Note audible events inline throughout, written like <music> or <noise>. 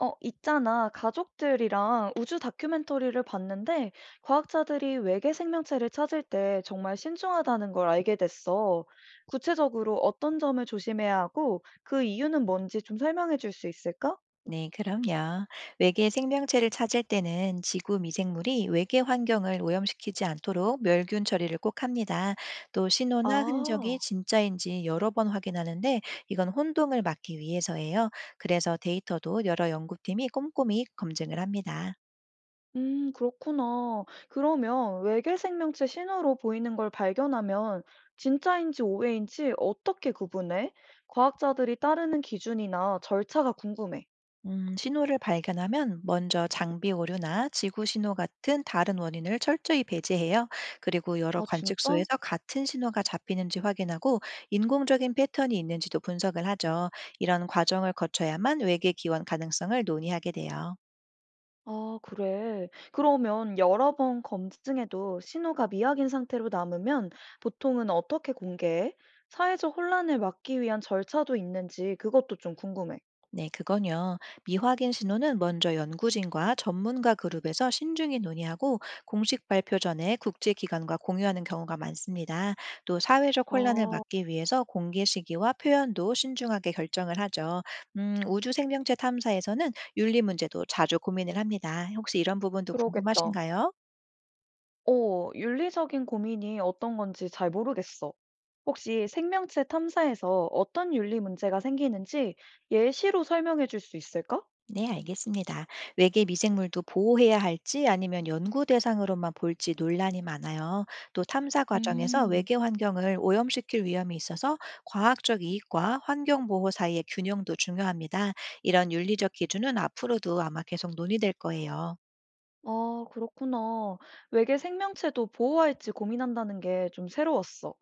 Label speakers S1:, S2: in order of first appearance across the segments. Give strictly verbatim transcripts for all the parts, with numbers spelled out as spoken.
S1: 어, 있잖아. 가족들이랑 우주 다큐멘터리를 봤는데, 과학자들이 외계 생명체를 찾을 때 정말 신중하다는 걸 알게 됐어. 구체적으로 어떤 점을 조심해야 하고, 그 이유는 뭔지 좀 설명해 줄 수 있을까?
S2: 네, 그럼요. 외계 생명체를 찾을 때는 지구 미생물이 외계 환경을 오염시키지 않도록 멸균 처리를 꼭 합니다. 또 신호나 흔적이
S1: 아,
S2: 진짜인지 여러 번 확인하는데 이건 혼동을 막기 위해서예요. 그래서 데이터도 여러 연구팀이 꼼꼼히 검증을 합니다.
S1: 음, 그렇구나. 그러면 외계 생명체 신호로 보이는 걸 발견하면, 진짜인지 오해인지 어떻게 구분해? 과학자들이 따르는 기준이나 절차가 궁금해.
S2: 음, 신호를 발견하면 먼저 장비 오류나 지구 신호 같은 다른 원인을 철저히 배제해요. 그리고 여러
S1: 아, 진짜?
S2: 관측소에서 같은 신호가 잡히는지 확인하고 인공적인 패턴이 있는지도 분석을 하죠. 이런 과정을 거쳐야만 외계 기원 가능성을 논의하게 돼요.
S1: 아, 그래. 그러면 여러 번 검증해도 신호가 미약인 상태로 남으면 보통은 어떻게 공개해? 사회적 혼란을 막기 위한 절차도 있는지 그것도 좀 궁금해.
S2: 네, 그건요. 미확인 신호는 먼저 연구진과 전문가 그룹에서 신중히 논의하고 공식 발표 전에 국제기관과 공유하는 경우가 많습니다. 또 사회적 혼란을
S1: 아,
S2: 막기 위해서 공개 시기와 표현도 신중하게 결정을 하죠. 음, 우주 생명체 탐사에서는 윤리 문제도 자주 고민을 합니다. 혹시 이런 부분도
S1: 그러겠다.
S2: 궁금하신가요?
S1: 어, 윤리적인 고민이 어떤 건지 잘 모르겠어. 혹시 생명체 탐사에서 어떤 윤리 문제가 생기는지 예시로 설명해 줄 수 있을까?
S2: 네, 알겠습니다. 외계 미생물도 보호해야 할지 아니면 연구 대상으로만 볼지 논란이 많아요. 또 탐사 과정에서
S1: 음.
S2: 외계 환경을 오염시킬 위험이 있어서 과학적 이익과 환경 보호 사이의 균형도 중요합니다. 이런 윤리적 기준은 앞으로도 아마 계속 논의될 거예요.
S1: 아, 그렇구나. 외계 생명체도 보호할지 고민한다는 게 좀 새로웠어.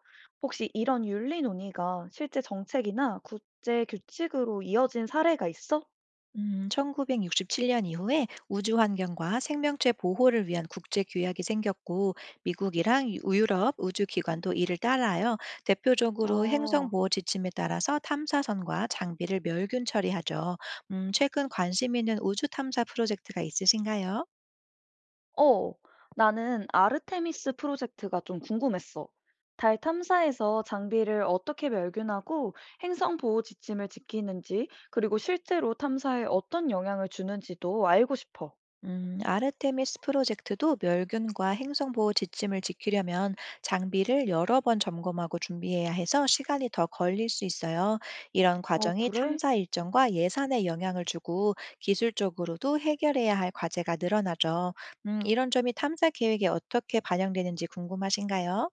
S1: 혹시 이런 윤리 논의가 실제 정책이나 국제 규칙으로 이어진 사례가 있어?
S2: 음, 천구백육십칠 년 이후에 우주 환경과 생명체 보호를 위한 국제 규약이 생겼고 미국이랑 유- 유럽 우주 기관도 이를 따라요. 대표적으로 행성
S1: 아,
S2: 보호 지침에 따라서 탐사선과 장비를 멸균 처리하죠. 음, 최근 관심 있는 우주 탐사 프로젝트가 있으신가요?
S1: 어. 나는 아르테미스 프로젝트가 좀 궁금했어. 달 탐사에서 장비를 어떻게 멸균하고 행성 보호 지침을 지키는지, 그리고 실제로 탐사에 어떤 영향을 주는지도 알고 싶어.
S2: 음, 아르테미스 프로젝트도 멸균과 행성 보호 지침을 지키려면 장비를 여러 번 점검하고 준비해야 해서 시간이 더 걸릴 수 있어요. 이런
S1: 아,
S2: 과정이
S1: 그래?
S2: 탐사 일정과 예산에 영향을 주고 기술적으로도 해결해야 할 과제가 늘어나죠. 음, 이런 점이 탐사 계획에 어떻게 반영되는지 궁금하신가요?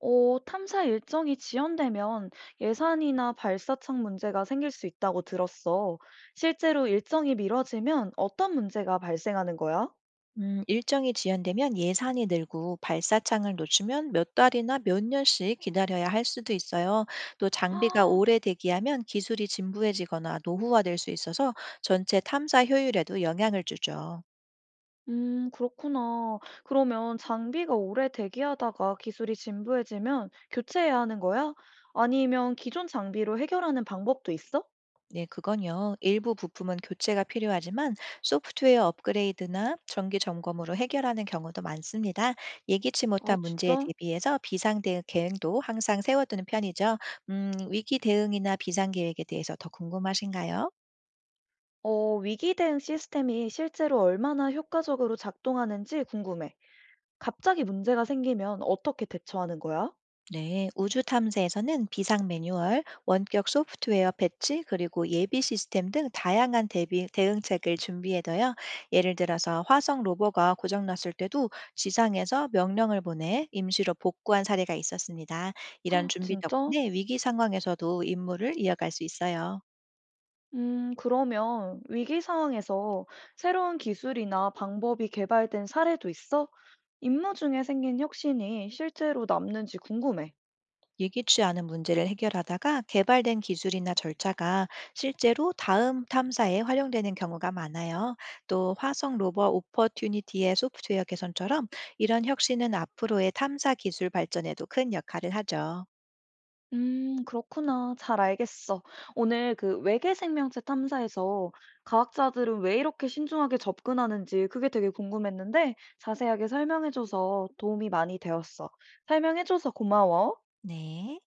S1: 어, 탐사 일정이 지연되면 예산이나 발사창 문제가 생길 수 있다고 들었어. 실제로 일정이 미뤄지면 어떤 문제가 발생하는 거야? <gasps>
S2: 음, 일정이 지연되면 예산이 늘고 발사창을 놓치면 몇 달이나 몇 년씩 기다려야 할 수도 있어요. 또 장비가
S1: 아,
S2: 오래 대기하면 기술이 진부해지거나 노후화될 수 있어서 전체 탐사 효율에도 영향을 주죠.
S1: 음, 그렇구나. 그러면 장비가 오래 대기하다가 기술이 진부해지면 교체해야 하는 거야? 아니면 기존 장비로 해결하는 방법도 있어?
S2: 네, 그건요. 일부 부품은 교체가 필요하지만 소프트웨어 업그레이드나 정기 점검으로 해결하는 경우도 많습니다. 예기치
S1: 아,
S2: 못한 문제에
S1: 진짜?
S2: 대비해서 비상 대응 계획도 항상 세워두는 편이죠. 음, 위기 대응이나 비상 계획에 대해서 더 궁금하신가요?
S1: 어, 위기 대응 시스템이 실제로 얼마나 효과적으로 작동하는지 궁금해. 갑자기 문제가 생기면 어떻게 대처하는 거야?
S2: 네, 우주 탐사에서는 비상 매뉴얼, 원격 소프트웨어 패치, 그리고 예비 시스템 등 다양한 대비, 대응책을 준비해둬요. 예를 들어서 화성 로버가 고장났을 때도 지상에서 명령을 보내 임시로 복구한 사례가 있었습니다. 이런 준비
S1: 진짜?
S2: 덕분에 위기 상황에서도 임무를 이어갈 수 있어요.
S1: 음, 그러면 위기 상황에서 새로운 기술이나 방법이 개발된 사례도 있어? 임무 중에 생긴 혁신이 실제로 남는지 궁금해.
S2: 예기치 않은 문제를 해결하다가 개발된 기술이나 절차가 실제로 다음 탐사에 활용되는 경우가 많아요. 또 화성 로버 오퍼튜니티의 소프트웨어 개선처럼 이런 혁신은 앞으로의 탐사 기술 발전에도 큰 역할을 하죠.
S1: 음, 그렇구나. 잘 알겠어. 오늘 그 외계 생명체 탐사에서 과학자들은 왜 이렇게 신중하게 접근하는지 그게 되게 궁금했는데 자세하게 설명해줘서 도움이 많이 되었어. 설명해줘서 고마워.
S2: 네.